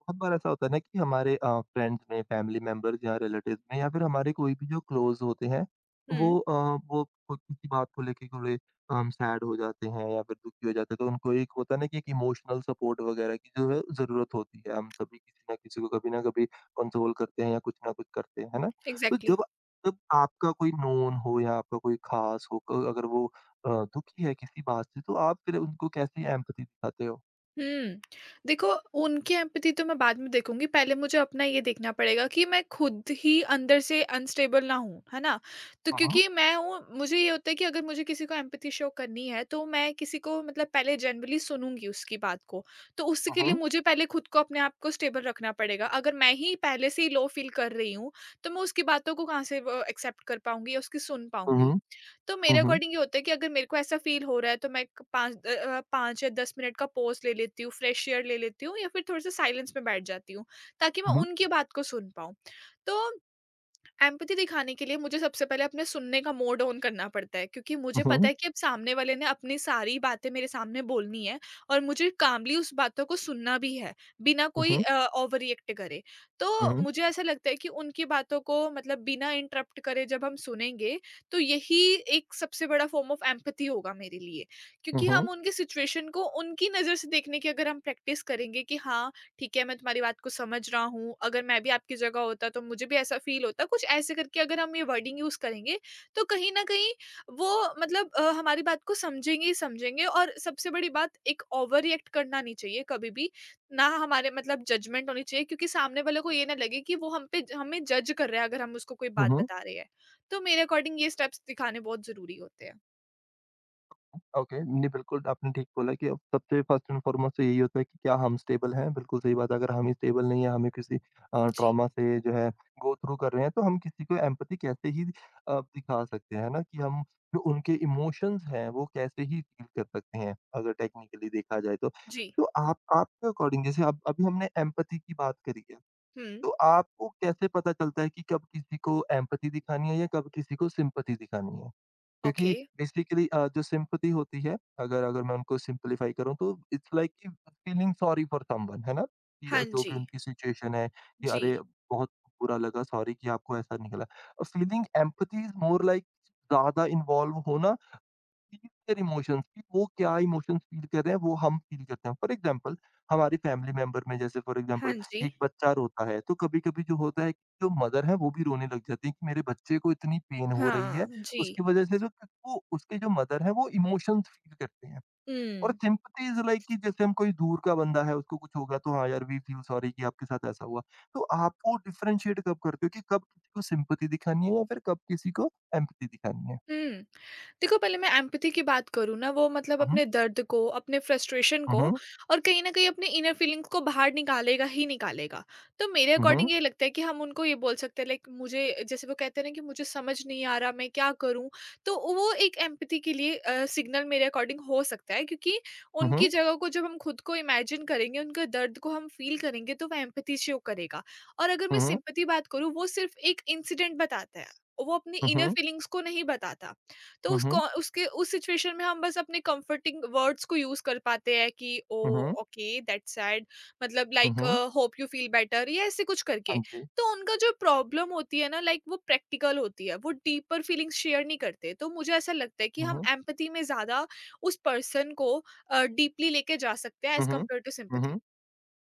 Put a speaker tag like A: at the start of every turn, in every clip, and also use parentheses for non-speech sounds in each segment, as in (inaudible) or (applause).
A: बहुत बार ऐसा होता है ना कि हमारे फ्रेंड्स में, फैमिली मेंबर्स या रिलेटिव्स में या फिर हमारे कोई भी जो क्लोज होते हैं,
B: हुँ,
A: वो अ, वो खुद किसी बात को लेके थोड़े सैड हो जाते हैं या फिर दुखी हो जाते हैं, तो उनको एक होता है ना कि एक इमोशनल सपोर्ट वगैरह की जो है ज़रूरत होती है। हम सभी किसी ना किसी को कभी ना कभी कंसोल करते हैं या कुछ ना कुछ करते हैं, है ना? तो
B: एग्ज़ैक्टली।
A: जब जब आपका कोई नोन हो या आपका कोई खास हो, क अगर वो दुखी है किसी बात से, तो आप फिर उनको कैसे एम्पैथी दिखाते हो?
B: हुँ, देखो उनकी एम्पैथी तो मैं बाद में देखूँगी, पहले मुझे अपना ये देखना पड़ेगा कि मैं खुद ही अंदर से अनस्टेबल ना हूँ, है ना? तो
A: हुँ, हुँ।
B: क्योंकि मैं हूँ मुझे ये होता है कि अगर मुझे किसी को एम्पैथी शो करनी है, तो मैं किसी को मतलब पहले जनरली सुनूँगी उसकी बात को। तो
A: हुँ,
B: उसके लिए
A: हुँ।
B: मुझे पहले खुद को अपने आप को स्टेबल रखना पड़ेगा। अगर मैं ही पहले से ही लो फ़ील कर रही हूँ, तो मैं उसकी बातों को कहाँ से व एक्सेप्ट कर पाऊँगी या उसकी सुन
A: हुँ, हुँ।
B: पाऊँगी? तो मेरे
A: हुँ, हुँ।
B: अकॉर्डिंग ये होता है कि अगर मेरे को ऐसा फील हो रहा है तो मैं एक 5 5 या 10 मिनट का पॉज़ ले लेती हूँ, फ्रेश एयर ले लेती हूँ या फिर थोड़ा-सा साइलेंस में बैठ जाती हूँ, ताकि मैं
A: हुँ।
B: उनकी बात को सुन पाऊँ। तो एम्पैथी दिखाने के लिए मुझे सबसे पहले अपने सुनने का मोड ऑन करना पड़ता है क्योंकि मुझे पता
A: उहुँ,
B: है कि अब सामने वाले ने अपनी सारी बातें मेरे सामने बोलनी है और मुझे कामली उस बातों को सुनना भी है, बिना कोई
A: उहुँ,
B: ओवर रिएक्ट करे। तो
A: उहुँ,
B: मुझे ऐसा लगता है कि उनकी बातों को मतलब बिना इंटरप्ट करे जब हम सुनेंगे, तो यही एक सबसे बड़ा फॉर्म ऑफ एम्पैथी होगा मेरे लिए, क्योंकि
A: उहुँ,
B: हम उनके सिचुएशन को उनकी नज़र से देखने की अगर हम प्रैक्टिस करेंगे कि हाँ, ठीक है, मैं तुम्हारी बात को समझ रहा हूँ, अगर मैं भी आपकी जगह होता तो मुझे भी ऐसा फ़ील होता। कुछ ऐसे करके अगर हम ये वर्डिंग यूज़ करेंगे, तो कहीं न कहीं वो मतलब हमारी बात को समझेंगे ही समझेंगे, और सबसे बड़ी बात, एक ओवर रिएक्ट करना नहीं चाहिए कभी भी, ना हमारे मतलब जजमेंट होनी चाहिए, क्योंकि सामने वाले को ये ना लगे कि वो हम पे ज हमें जज कर रहा है अगर हम उसको कोई बात
A: उहुँ।
B: बता रहे हैं। तो मेरे अकॉर्डिंग ये स्टेप्स दिखाने बहुत ज़रूरी होते हैं।
A: ओके, नहीं बिल्कुल आपने ठीक बोला कि अब सबसे फर्स्ट एंड फॉरमोस्ट तो यही होता है कि क्या हम स्टेबल हैं? बिल्कुल सही बात है, अगर हम ही स्टेबल नहीं हैं, हमें किसी
B: जी,
A: ट्रॉमा से जो है गो थ्रू कर रहे हैं, तो हम किसी को एम्पैथी कैसे ही दिखा सकते हैं, है ना? कि हम जो उनके इमोशंस हैं, वो कैसे ही फील कर सकते हैं, अगर टेक्निकली देखा जाए तो।
B: जी।
A: तो आप आपके अकॉर्डिंग जैसे अब अभी हमने एम्पैथी की बात करी है,
B: हुँ,
A: तो आपको कैसे पता चलता है कि कब किसी को एम्पैथी दिखानी है या कब किसी को सिम्पैथी दिखानी है?
B: ओके।
A: क्योंकि बेसिकली जो सिम्पैथी होती है, अगर अगर मैं उनको सिम्प्लीफाई करूँ तो इट्स लाइक कि फीलिंग सॉरी फॉर समवन है ना? कि
B: हाँ
A: जो
B: जी,
A: भी उनकी सिचुएशन है कि
B: जी।
A: अरे! बहुत बुरा लगा सॉरी कि आपको ऐसा निकला। Feeling empathy is more like ज़्यादा इन्वॉल्व होना फील देयर इमोशंस कि वो क्या इमोशंस फील कर रहे हैं वो हम फील करते हैं फॉर एग्जांपल हमारे फैमिली मेंबर में जैसे फॉर एग्जांपल
B: हाँ जी।
A: कि एक बच्चा रोता है तो कभी-कभी जो होता है कि जो मदर है वो भी रोने लग जाती है कि मेरे बच्चे को इतनी पेन हो रही
B: हाँ,
A: है उसकी
B: जी।
A: वजह से जो वो उसके जो मदर है वो इमोशंस फील करते हैं और
B: हुँ।
A: सिंपैथी इज लाइक कि जैसे हम कोई दूर का बंदा है उसको कुछ होगा तो हाँ यार वी फील सॉरी कि आपके साथ ऐसा हुआ तो आप वो डिफरेंशिएट कब करते हो कि कब किसी को सिंपैथी दिखानी है या फिर कब किसी को एम्पैथी दिखानी है?
B: हुँ। देखो, पहले मैं एम्पैथी की बात करूँ ना, वो मतलब
A: हुँ,
B: अपने दर्द को, अपने फ्रस्ट्रेशन
A: हुँ,
B: को
A: हुँ,
B: और कहीं न कहीं अपने इनर फीलिंग्स को बाहर निकालेगा ही निकालेगा। तो मेरे
A: हुँ,
B: अकॉर्डिंग ये लगता है कि हम उनको ये बोल सकते हैं लाइक, मुझे जैसे वो कहते हैं ना कि मुझे समझ नहीं आ रहा मैं क्या करूँ? तो वो एक एम्पैथी के लिए सिग्नल मेरे अकॉर्डिंग हो सकता है, क्योंकि
A: हुँ,
B: उनकी
A: हुँ।
B: जगह को जब हम खुद को इमेजिन करेंगे, उनके दर्द को हम फ़ील करेंगे तो वो एम्पैथी शो करेगा। और अगर मैं
A: हुँ, हुँ।
B: सिम्पैथी बात करूँ, वो सिर्फ़ एक इंसिडेंट बताता है। वो अपनी
A: हुँ,
B: इनर
A: हुँ।
B: फीलिंग्स को नहीं बताता। तो
A: हुँ,
B: उसको
A: हुँ।
B: उसके उस सिचुएशन में हम बस अपने कंफर्टिंग वर्ड्स को यूज़ कर पाते हैं कि
A: हुँ, हुँ।
B: ओह! ओके, दैट्स सैड, मतलब
A: hmm,
B: like
A: hmm.
B: Hope you feel better या ऐसे कुछ करके।
A: हाँ जी।
B: तो उनका जो प्रॉब्लम होती है ना लाइक, वो प्रैक्टिकल होती है, वो डीपर फीलिंग्स शेयर नहीं करते। तो मुझे ऐसा लगता है कि
A: हुँ,
B: हम
A: हुँ।
B: एम्पैथी में ज़्यादा उस पर्सन को डीपली लेके जा सकते हैं
A: हुँ,
B: as
A: hmm.
B: Compare to
A: hmm, hmm.
B: Sympathy.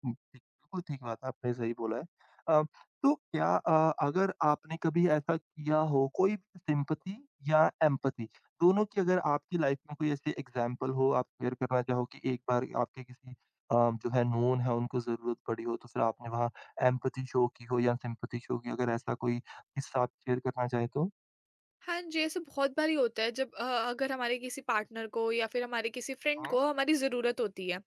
A: हुँ, ठीक बिल्कुल ठीक बात है, आपने सही बोला है। अ, तो क्या अगर आपने कभी ऐसा किया हो, कोई भी सिम्पैथी या एम्पैथी दोनों की अगर आपकी लाइफ़ में कोई ऐसी एग्ज़ाम्पल हो, आप शेयर करना चाहो कि एक बार आपके किसी जो है नोन है, उनको ज़रूरत पड़ी हो, तो फिर आपने वहाँ एम्पैथी शो की हो या सिम्पैथी शो की, अगर ऐसा कोई किस्सा आप शेयर करना चाहें तो?
B: हाँ जी, ऐसे बहुत बारी होता है जब अगर हमारे किसी पार्टनर को या फिर हमारे किसी फ्रेंड
A: हुँ,
B: को हमारी ज़रूरत होती है।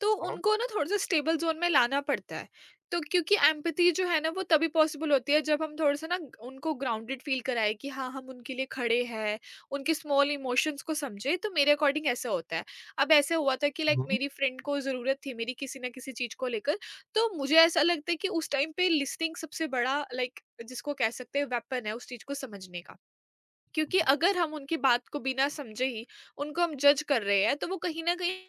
B: तो
A: हुँ।
B: उनको ना थोड़ा-सा स्टेबल ज़ोन में लाना पड़ता है। तो क्योंकि एम्पैथी जो है ना, वो तभी पॉसिबल होती है जब हम थोड़ा-सा ना उनको ग्राउंडेड फ़ील कराएँ कि हाँ, हम उनके लिए खड़े हैं, उनके स्मॉल इमोशंस को समझें। तो मेरे अकॉर्डिंग ऐसा होता है। अब ऐसा हुआ था कि लाइक
A: हुँ,
B: मेरी फ्रेंड को ज़रूरत थी मेरी, किसी ना किसी चीज़ को लेकर। तो मुझे ऐसा लगता है कि उस टाइम पे लिसनिंग सबसे बड़ा लाइक जिसको कह सकते हैं वेपन है उस चीज़ को समझने का। क्योंकि
A: हुँ।
B: अगर हम उनकी बात को बिना समझे ही उनको हम जज कर रहे हैं, तो वो कहीं न कहीं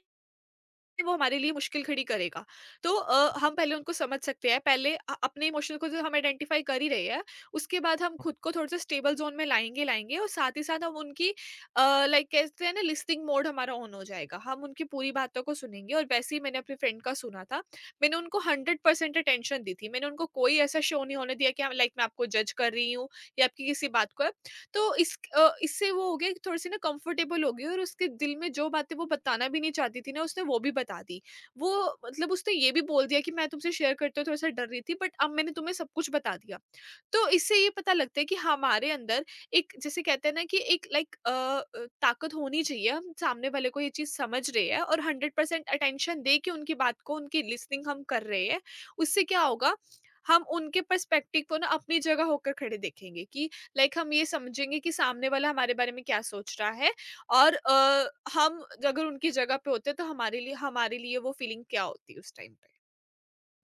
B: वो हमारे लिए मुश्किल खड़ी करेगा। तो हम पहले उनको समझ सकते हैं, पहले अपने इमोशन को जो हम आइडेंटिफ़ाई कर ही रहे हैं, उसके बाद हम खुद को थोड़ा-सा स्टेबल ज़ोन में लाएँगे, और साथ ही साथ हम उनकी लाइक कहते हैं ना, लिस्निंग मोड हमारा ऑन हो जाएगा। हम उनकी पूरी बातों को सुनेंगे, और वैसे ही मैंने अपने फ्रेंड का सुना था। मैंने उनको 100% अटेंशन दी थी। मैंने उनको कोई ऐसा शो नहीं होने दिया कि हाँ, लाइक मैं आपको जज कर रही हूँ या आपकी किसी बात को। तो इससे वो हो गया कि थोड़ी-सी ना कंफर्टेबल हो गई, और उसके दिल में जो बातें वो बताना भी नहीं चाहती थी ना, उसने वो भी बता दी। वो मतलब उसने ये भी बोल दिया कि मैं तुमसे शेयर करते हुए थोड़ा-सा डर रही थी, बट अब मैंने तुम्हें सब कुछ बता दिया। तो इससे ये पता लगता है कि हमारे अंदर एक, जिसे कहते हैं ना कि एक लाइक ताकत होनी चाहिए, हम सामने वाले को ये चीज़ समझ रहे हैं, और 100% अटेंशन दे के उनकी बात को, उनकी लिसनिंग हम कर रहे हैं। उससे क्या होगा, हम उनके पर्सपेक्टिव को ना अपनी जगह होकर खड़े देखेंगे कि लाइक हम ये समझेंगे कि सामने वाला हमारे बारे में क्या सोच रहा है, और हम अगर उनकी जगह पे होते तो हमारे लिए वो फीलिंग क्या होती उस टाइम पे।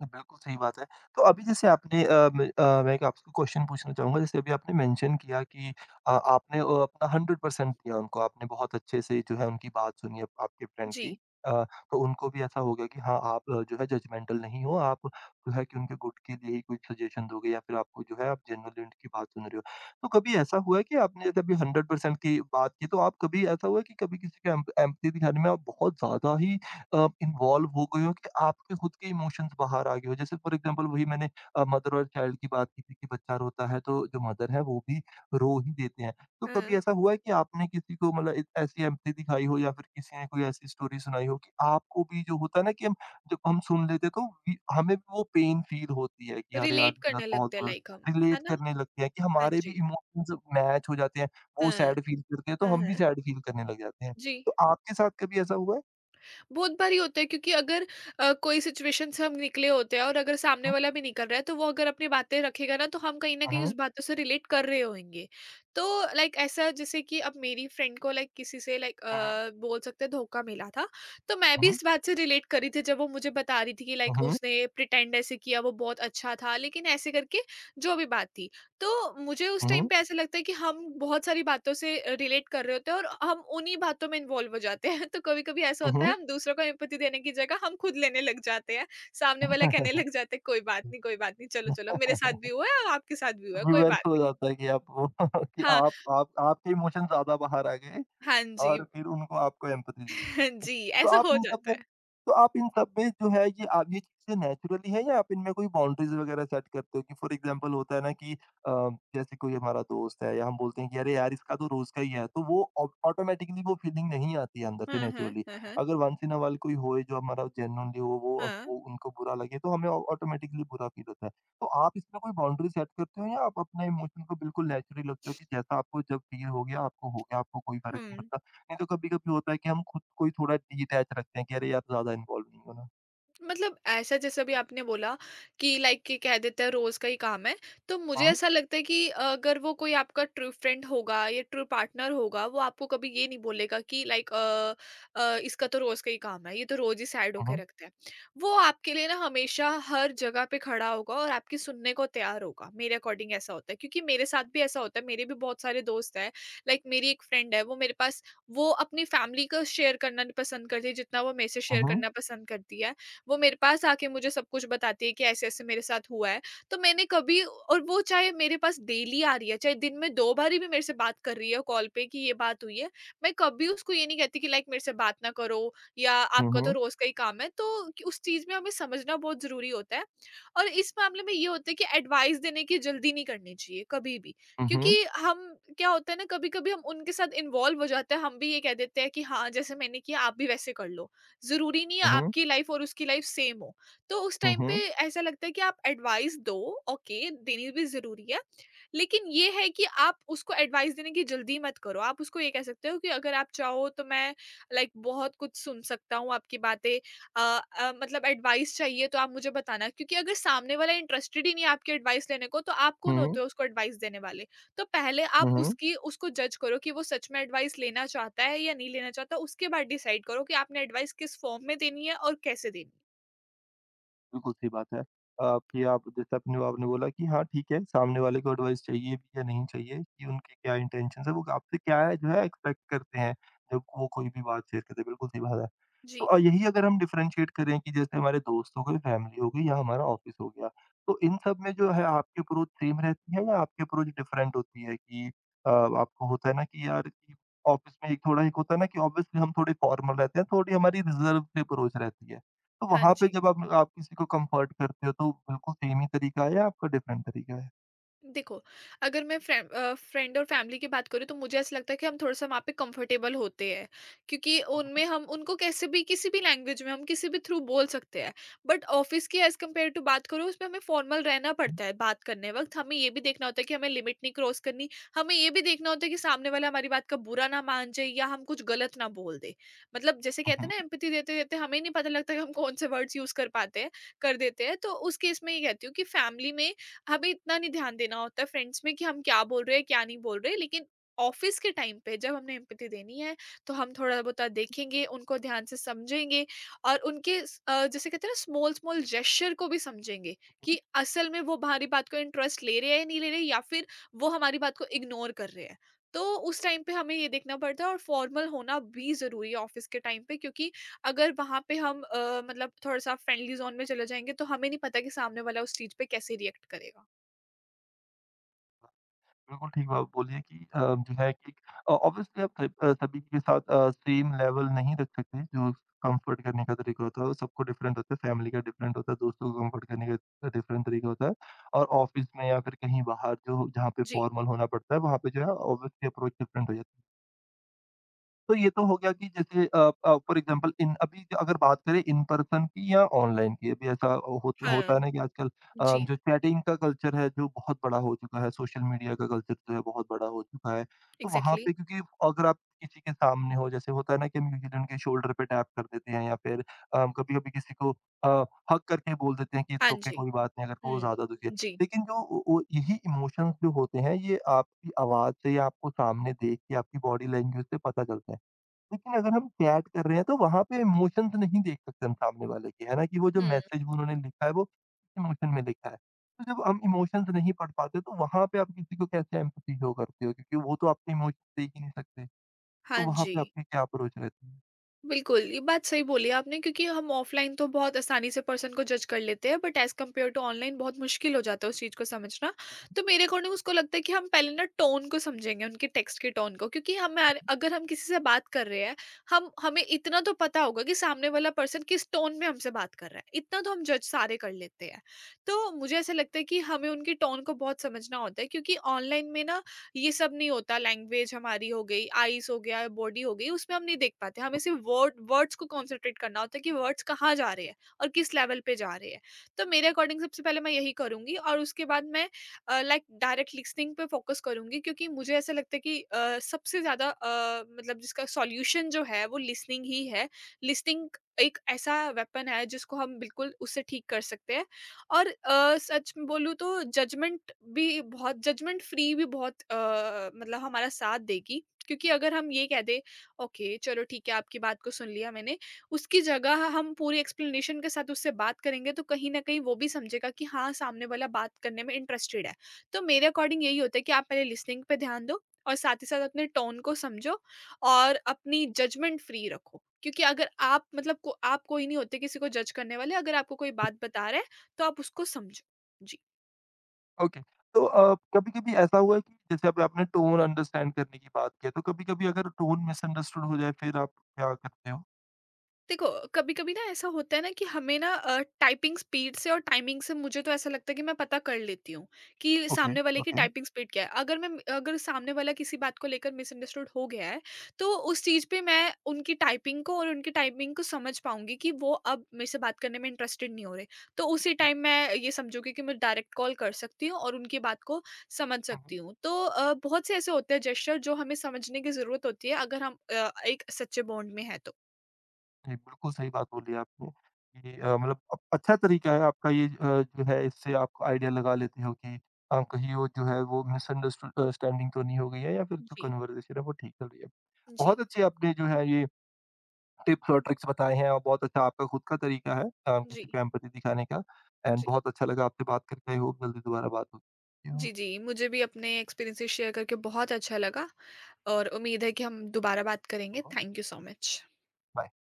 A: हाँ, बिल्कुल सही बात है। तो अभी जैसे आपने मैं एक आपसे क्वेश्चन पूछना चाहूँगा जैसे अभी आपने मेंशन किया कि आपने अपना 100% दिया उनको, आपने बहुत अच्छे से जो है उनकी बात सुनी आप आपके फ्रेंड की।
B: जी।
A: अ, तो उनको भी ऐसा हो गया कि हाँ, आप जो है जजमेंटल नहीं हो, आप जो है कि उनके गुड के लिए ही कुछ सजेशन दोगे या फिर आपको जो है आप जेनुइनली उनकी बात सुन रहे हो। तो कभी ऐसा हुआ है कि आपने जैसे अभी 100% की बात की तो आप कभी ऐसा हुआ है कि कभी किसी का एम एम्पैथी दिखाने में आप बहुत ज़्यादा ही इन्वॉल्व हो गए हो कि आपके खुद के इमोशंस बाहर आ गए हो। जैसे फॉर एग्जांपल वही मैंने मदर और चाइल्ड की बात की थी कि बच्चा रोता है तो जो मदर है वो भी रो ही देते हैं। तो कभी
B: हाँ,
A: ऐसा हुआ है कि आपने किसी को मतलब एक ऐसी एम्पैथी दिखाई हो या फिर किसी ने कोई ऐसी स्टोरी सुनाई हो कि आपको भी जो होता है ना कि हम जब हम सुन लेते हैं तो वी हमें भी वो पेन फील होती है कि अरे यार!
B: रिलेट
A: इनके साथ
B: करने
A: बहुत
B: लगते हैं
A: बुरा
B: लाइक हम, है
A: रिलेट
B: ना?
A: करने लगते हैं कि
B: हाँ
A: हमारे भी
B: जी।
A: इमोशंस मैच हो जाते हैं। वो
B: हाँ,
A: सैड फील करते हैं तो
B: हाँ,
A: हम भी
B: हाँ।
A: सैड फील करने लग जाते हैं।
B: जी।
A: तो आपके साथ कभी ऐसा हुआ है?
B: बहुत बारी होता है, क्योंकि अगर कोई सिचुएशन से हम निकले होते हैं और अगर सामने
A: हुँ।
B: वाला भी निकल रहा है तो वो अगर अपनी बातें रखेगा ना तो हम कहीं ना कहीं
A: हुँ।
B: उस बातों से रिलेट कर रहे होंगे। तो लाइक ऐसा, जैसे कि अब मेरी फ्रेंड को लाइक किसी से लाइक
A: हुँ,
B: बोल सकते हैं धोखा मिला था, तो मैं भी
A: हुँ।
B: इस बात से रिलेट करी थी जब वो मुझे बता रही थी कि
A: हुँ,
B: लाइक
A: हुँ,
B: उसने प्रिटेंड ऐसे किया वो बहुत अच्छा था, लेकिन ऐसे करके जो भी बात थी। तो मुझे उस टाइम
A: हुँ,
B: पे ऐसा लगता है कि हम बहुत सारी बातों से रिलेट कर रहे होते हैं, और हम उन्हीं बातों में इन्वॉल्व हो जाते हैं। (laughs) तो कभी कभी ऐसा
A: हुँ,
B: होता है,
A: हुँ,
B: हम दूसरों को एम्पैथी देने की जगह हम खुद लेने लग जाते हैं, सामने वाला कहने
A: हुँ।
B: लग जाते हैं कोई बात नहीं, कोई बात नहीं, चलो चलो, मेरे साथ भी
A: (laughs)
B: हुआ है और आपके साथ भी हुआ है, कोई
A: रिवर्स
B: बात
A: हो
B: नहीं।
A: जाता है कि आप (laughs) वो कि
B: हाँ।
A: आप आपके इमोशन ज़्यादा बाहर आ गए।
B: हाँ जी।
A: और फिर उनको आपको एम्पैथी देनी पड़ती
B: (laughs)
A: है।
B: जी,
A: तो
B: ऐसा
A: आप
B: हो
A: इन सब
B: जाता
A: में
B: है।
A: तो आप इन सब में जो है ये आप ये चीज़ें नेचुरली है या आप इनमें कोई बाउंड्रीज़ वगैरह सेट करते हो कि फॉर एग्ज़ाम्पल होता है ना कि जैसे कोई हमारा दोस्त है या हम बोलते हैं कि अरे यार इसका तो रोज़ का ही है तो वो ऑ ऑटोमैटिकली वो फीलिंग नहीं आती है अंदर
B: हाँ,
A: से
B: हाँ,
A: नेचुरली।
B: हाँ, हाँ।
A: अगर वंस इन अ व्हाइल कोई होए जो हमारा जेन्युइनली हो वो अब
B: हाँ,
A: वो उनको बुरा लगे तो हमें ऑ ऑटोमैटिकली बुरा फील होता है। तो आप इसमें कोई बाउंड्री सेट करते हो या आप अपने इमोशन को बिल्कुल नेचुरली लगते हो कि जैसा आपको जब फील हो गया आपको कोई फ़र्क नहीं
B: हम्म
A: पड़ता? नहीं तो कभी-कभी होता है कि हम खुद को ही थोड़ा डिटैच रखते हैं कि अरे यार ज़्यादा इन्वॉल्व नहीं होना।
B: मतलब ऐसा, जैसे अभी आपने बोला कि लाइक, कि कह देते हैं रोज का ही काम है। तो मुझे
A: हुँ,
B: ऐसा लगता है कि अगर वो कोई आपका ट्रू फ्रेंड होगा या ट्रू पार्टनर होगा, वो आपको कभी ये नहीं बोलेगा कि लाइक इसका तो रोज का ही काम है, ये तो रोज ही सैड होके
A: हुँ,
B: रखता है। वो आपके लिए ना हमेशा हर जगह पे खड़ा होगा और आपकी सुनने को तैयार होगा। मेरे अकॉर्डिंग ऐसा होता है, क्योंकि मेरे साथ भी ऐसा होता है, मेरे भी बहुत सारे दोस्त है। लाइक मेरी एक फ्रेंड है, वो मेरे पास, वो अपनी फैमिली को शेयर करना नहीं पसंद करती जितना वो मेरे से
A: हुँ,
B: शेयर
A: हुँ,
B: करना पसंद करती है। वो मेरे पास आके मुझे सब कुछ बताती है कि ऐसे-ऐसे मेरे साथ हुआ है। तो मैंने कभी, और वो चाहे मेरे पास डेली आ रही है, चाहे दिन में 2 बारी भी मेरे से बात कर रही है कॉल पे कि ये बात हुई है, मैं कभी उसको ये नहीं कहती कि लाइक मेरे से बात ना करो या
A: हुँ,
B: आपका तो
A: हुँ,
B: रोज़ का ही काम है। तो कि उस चीज़ में हमें समझना बहुत ज़रूरी होता है, और इस मामले में ये होता है कि एडवाइस देने की जल्दी नहीं करनी चाहिए कभी भी। क्योंकि
A: हुँ,
B: हम, क्या होता है ना, कभी-कभी हम उनके साथ इन्वॉल्व हो जाते हैं, हम भी ये कह देते हैं कि हाँ, जैसे मैंने किया आप भी वैसे कर लो। ज़रूरी नहीं है
A: हुँ,
B: आपकी लाइफ और उसकी लाइफ सेम हो। तो उस
A: हुँ,
B: टाइम
A: हुँ,
B: पे ऐसा लगता है कि आप एडवाइस दो, ओके, देनी भी ज़रूरी है। लेकिन ये है कि आप उसको एडवाइस देने की जल्दी मत करो। आप उसको ये कह सकते हो कि अगर आप चाहो तो मैं लाइक बहुत कुछ सुन सकता हूँ आपकी बातें, अ मतलब एडवाइस चाहिए तो आप मुझे बताना, क्योंकि अगर सामने वाला इंटरेस्टेड ही नहीं है आपकी एडवाइस लेने को तो आप कौन होते हो उसको एडवाइस देने वाले? तो पहले आप
A: हुँ, हुँ।
B: उसकी उसको जज करो कि वो सच में एडवाइस लेना चाहता है या नहीं लेना चाहता। उसके बाद डिसाइड करो कि आपने एडवाइस किस फॉर्म में देनी है और कैसे देनी है।
A: बिल्कुल सही बात है। कि आप जैसे अपने आपने बोला कि हाँ, ठीक है, सामने वाले को एडवाइस चाहिए भी या नहीं चाहिए कि उनके क्या इंटेंशंस हैं, वो आपसे क्या है जो है एक्सपेक्ट करते हैं, जब वो कोई भी बात शेयर करते हैं, बिल्कुल सही बात है। तो
B: जी।
A: यही अगर हम डिफरेंशिएट करें कि जैसे हमारे दोस्त हो गए, फैमिली हो गई या हमारा ऑफिस हो गया, तो इन सब में जो है आपकी अप्रोच सेम रहती है या आपकी अप्रोच डिफरेंट होती है कि आपको होता है ना कि यार कि ऑफिस में एक थोड़ा एक होता है ना कि ऑब्वियसली हम थोड़े फॉर्मल रहते हैं, थोड़ी हमारी रिजर्व सी अप्रोच रहती है। तो
B: हाँ
A: वहाँ पे
B: जी।
A: जब आप किसी को कम्फर्ट करते हो तो बिल्कुल सेम ही तरीका है या आपका डिफरेंट तरीका है?
B: देखो, अगर मैं फ्रेंड और फैमिली की बात करूँ तो मुझे ऐसा लगता है कि हम थोड़ा-सा वहाँ पे कंफर्टेबल होते हैं, क्योंकि उनमें
A: हुँ,
B: हम उनको कैसे भी किसी भी लैंग्वेज में हम किसी भी थ्रू बोल सकते हैं। बट ऑफिस की एज़ कंपेयर टू बात करूँ उसमें हमें फॉर्मल रहना पड़ता है बात करने वक़्त। हमें ये भी देखना होता है कि हमें लिमिट नहीं क्रॉस करनी, हमें ये भी देखना होता है कि सामने वाला हमारी बात का बुरा ना मान जाए या हम कुछ गलत ना बोल दे। मतलब जैसे कहते हैं ना, एम्पैथी देते-देते हमें नहीं पता लगता कि हम कौन से वर्ड्स यूज़ कर पाते हैं, कर देते हैं। तो उस केस में ये कहती हूँ कि फैमिली में हमें इतना नहीं ध्यान देना होता है, फ्रेंड्स में, कि हम क्या बोल रहे हैं, क्या नहीं बोल रहे हैं। लेकिन ऑफिस के टाइम पे जब हमने एम्पैथी देनी है, तो हम थोड़ा-बहुत देखेंगे, उनको ध्यान से समझेंगे और जैसे कहते हैं ना, स्मॉल-स्मॉल जेस्चर को भी समझेंगे कि असल में वो हमारी बात को इंटरेस्ट ले रहे हैं या नहीं ले रहे, या फिर वो हमारी बात को इग्नोर कर रहे हैं। तो उस टाइम पे हमें ये देखना पड़ता है और फॉर्मल होना भी ज़रूरी है ऑफिस के टाइम पे, क्योंकि अगर वहाँ पे हम मतलब थोड़ा-सा फ्रेंडली ज़ोन में चले जाएँगे, तो हमें नहीं पता कि सामने वाला उस चीज़ पे कैसे रिएक्ट करेगा।
A: बिल्कुल ठीक बात बोली है कि जो है कि ऑब्वियसली आप सब सभी के साथ सेम लेवल नहीं रख सकते जो कम्फर्ट करने का तरीका होता है वो सबको डिफरेंट होता है, फैमिली का डिफरेंट होता है, दोस्तों को कम्फर्ट करने का डिफरेंट तरीका होता है और ऑफ़िस में या फिर कहीं बाहर जो जहाँ पे
B: जी,
A: फॉर्मल होना पड़ता है वहाँ पे जो है ऑब्वियसली अप्रोच डिफरेंट हो जाता है। तो ये तो हो गया कि जैसे फॉर एग्ज़ाम्पल इन अभी जो अगर बात करें इन पर्सन की या ऑनलाइन की, अभी ऐसा हो होता
B: हाँ,
A: है ना कि आजकल
B: जी,
A: जो चैटिंग का कल्चर है जो बहुत बड़ा हो चुका है, सोशल मीडिया का कल्चर जो है बहुत बड़ा हो चुका है। तो वहाँ
B: एग्ज़ैक्टली।
A: पे क्योंकि अगर आप किसी के सामने हो जैसे होता है ना कि हम यूजुअली उनके शोल्डर पे टैप कर देते हैं या फिर कभी-कभी किसी को अ, हग करके बोल देते हैं कि
B: हाँ
A: इट्स ओके
B: जी।
A: कोई बात नहीं अगर वो
B: हुँ,
A: ज़्यादा दुखी है।
B: जी।
A: लेकिन जो वो यही इमोशंस जो होते हैं ये आपकी आवाज़ से या आपको सामने देख के आपकी बॉडी लैंग्वेज से पता चलता है। लेकिन अगर हम चैट कर रहे हैं तो वहाँ पे इमोशंस नहीं देख सकते हम सामने वाले के, है ना? कि वो जो
B: हुँ,
A: मैसेज उन्होंने लिखा है वो किस इमोशन में लिखा है। तो जब हम इमोशंस नहीं पढ़ पाते तो वहाँ पे आप किसी को कैसे एम्पैथी शो करते हो? क्योंकि वो तो आपके इमोशंस देख ही नहीं सकते।
B: हाँ
A: तो वहाँ
B: जी।
A: पे आपकी क्या अप्रोच रहती है?
B: बिल्कुल, ये बात सही बोली आपने, क्योंकि हम ऑफ़लाइन तो बहुत आसानी से पर्सन को जज कर लेते हैं, but as compare to online बहुत मुश्किल हो जाता है उस चीज़ को समझना। तो मेरे अकॉर्डिंग उसको लगता है कि हम पहले ना टोन को समझेंगे, उनके टेक्स्ट के टोन को, क्योंकि हमार अगर हम किसी से बात कर रहे हैं, हम हमें इतना तो पता होगा कि सामने वाला पर्सन किस टोन में हमसे बात कर रहा है, इतना तो हम जज सारे कर लेते हैं। तो मुझे ऐसा लगता है कि हमें उनके टोन को बहुत समझना होता है, क्योंकि ऑनलाइन में ना ये सब नहीं होता। लैंग्वेज हमारी हो गई, आईज हो गया, बॉडी हो गई, उसमें हम नहीं देख पाते। हमें सिर्फ वर्ड्स को कॉन्सेंट्रेट करना होता है कि वर्ड्स कहाँ जा रहे हैं और किस लेवल पे जा रहे हैं। तो मेरे अकॉर्डिंग सबसे पहले मैं यही करूंगी, और उसके बाद मैं लाइक डायरेक्ट लिसनिंग पे फोकस करूंगी, क्योंकि मुझे ऐसा लगता है कि सबसे ज्यादा जिसका सॉल्यूशन जो है वो लिसनिंग ही है। लिसनिंग एक ऐसा वेपन है जिसको हम बिल्कुल उससे ठीक कर सकते हैं। और सच में बोलूँ तो जजमेंट भी बहुत, जजमेंट फ्री भी बहुत, मतलब हमारा साथ देगी। क्योंकि अगर हम ये कह दें ओके चलो ठीक है आपकी बात को सुन लिया मैंने, उसकी जगह हम पूरी एक्सप्लेनेशन के साथ उससे बात करेंगे, तो कहीं ना कहीं वो भी समझेगा कि हाँ सामने वाला बात करने में इंटरेस्टेड है। तो मेरे अकॉर्डिंग यही होता है कि आप पहले लिसनिंग पे ध्यान दो और साथ ही साथ अपने टोन को समझो और अपनी जजमेंट फ्री रखो, क्योंकि अगर आप मतलब को, आप कोई नहीं होते किसी को जज करने वाले, अगर आपको कोई बात बता रहा है तो आप उसको समझो। जी।
A: ओके। तो कभी-कभी ऐसा हुआ है कि जैसे अभी आपने टोन अंडरस्टैंड करने की बात की है, तो कभी-कभी अगर टोन मिसअंडरस्टूड हो जाए फिर आप क्या करते हो?
B: देखो, कभी कभी ना ऐसा होता है ना कि हमें ना टाइपिंग स्पीड से और टाइमिंग से मुझे तो ऐसा लगता है कि मैं पता कर लेती हूँ कि
A: ओके,
B: सामने वाले की
A: ओके।
B: टाइपिंग स्पीड क्या है। अगर सामने वाला किसी बात को लेकर मिसअंडरस्टूड हो गया है, तो उस चीज़ पे मैं उनकी टाइपिंग को और उनकी टाइपिंग को समझ पाऊंगी कि वो अब मेरे से बात करने में इंटरेस्टेड नहीं हो रहे। तो उसी टाइम मैं ये समझूंगी कि मैं डायरेक्ट कॉल कर सकती हूँ और उनकी बात को समझ सकती
A: हुँ।
B: हूँ। तो बहुत से ऐसे होते हैं जेस्चर जो हमें समझने की ज़रूरत होती है, अगर हम एक सच्चे बॉन्ड में है तो।
A: जी, बिल्कुल सही बात बोली आपने कि मतलब अच्छा तरीका है आपका ये जो है इससे आप आइडिया लगा लेते हो कि कहीं वो जो है वो मिसअंडरस्टैंडिंग तो नहीं हो गई है या फिर जो
B: जी,
A: कन्वर्सेशन है वो ठीक चल रही है।
B: जी,
A: बहुत अच्छे आपने जो है ये टिप्स और ट्रिक्स बताए हैं और बहुत अच्छा आपका खुद का तरीका है
B: जी,
A: किसी को एम्पैथी दिखाने का एंड
B: जी।
A: बहुत अच्छा लगा आपसे बात करके आई होप जल्दी दोबारा बात होगी। Thank you.
B: जी, जी, मुझे भी अपने एक्सपीरियंसेस शेयर करके बहुत अच्छा लगा और उम्मीद है कि हम दोबारा बात करेंगे। Thank you so much.
A: Bye.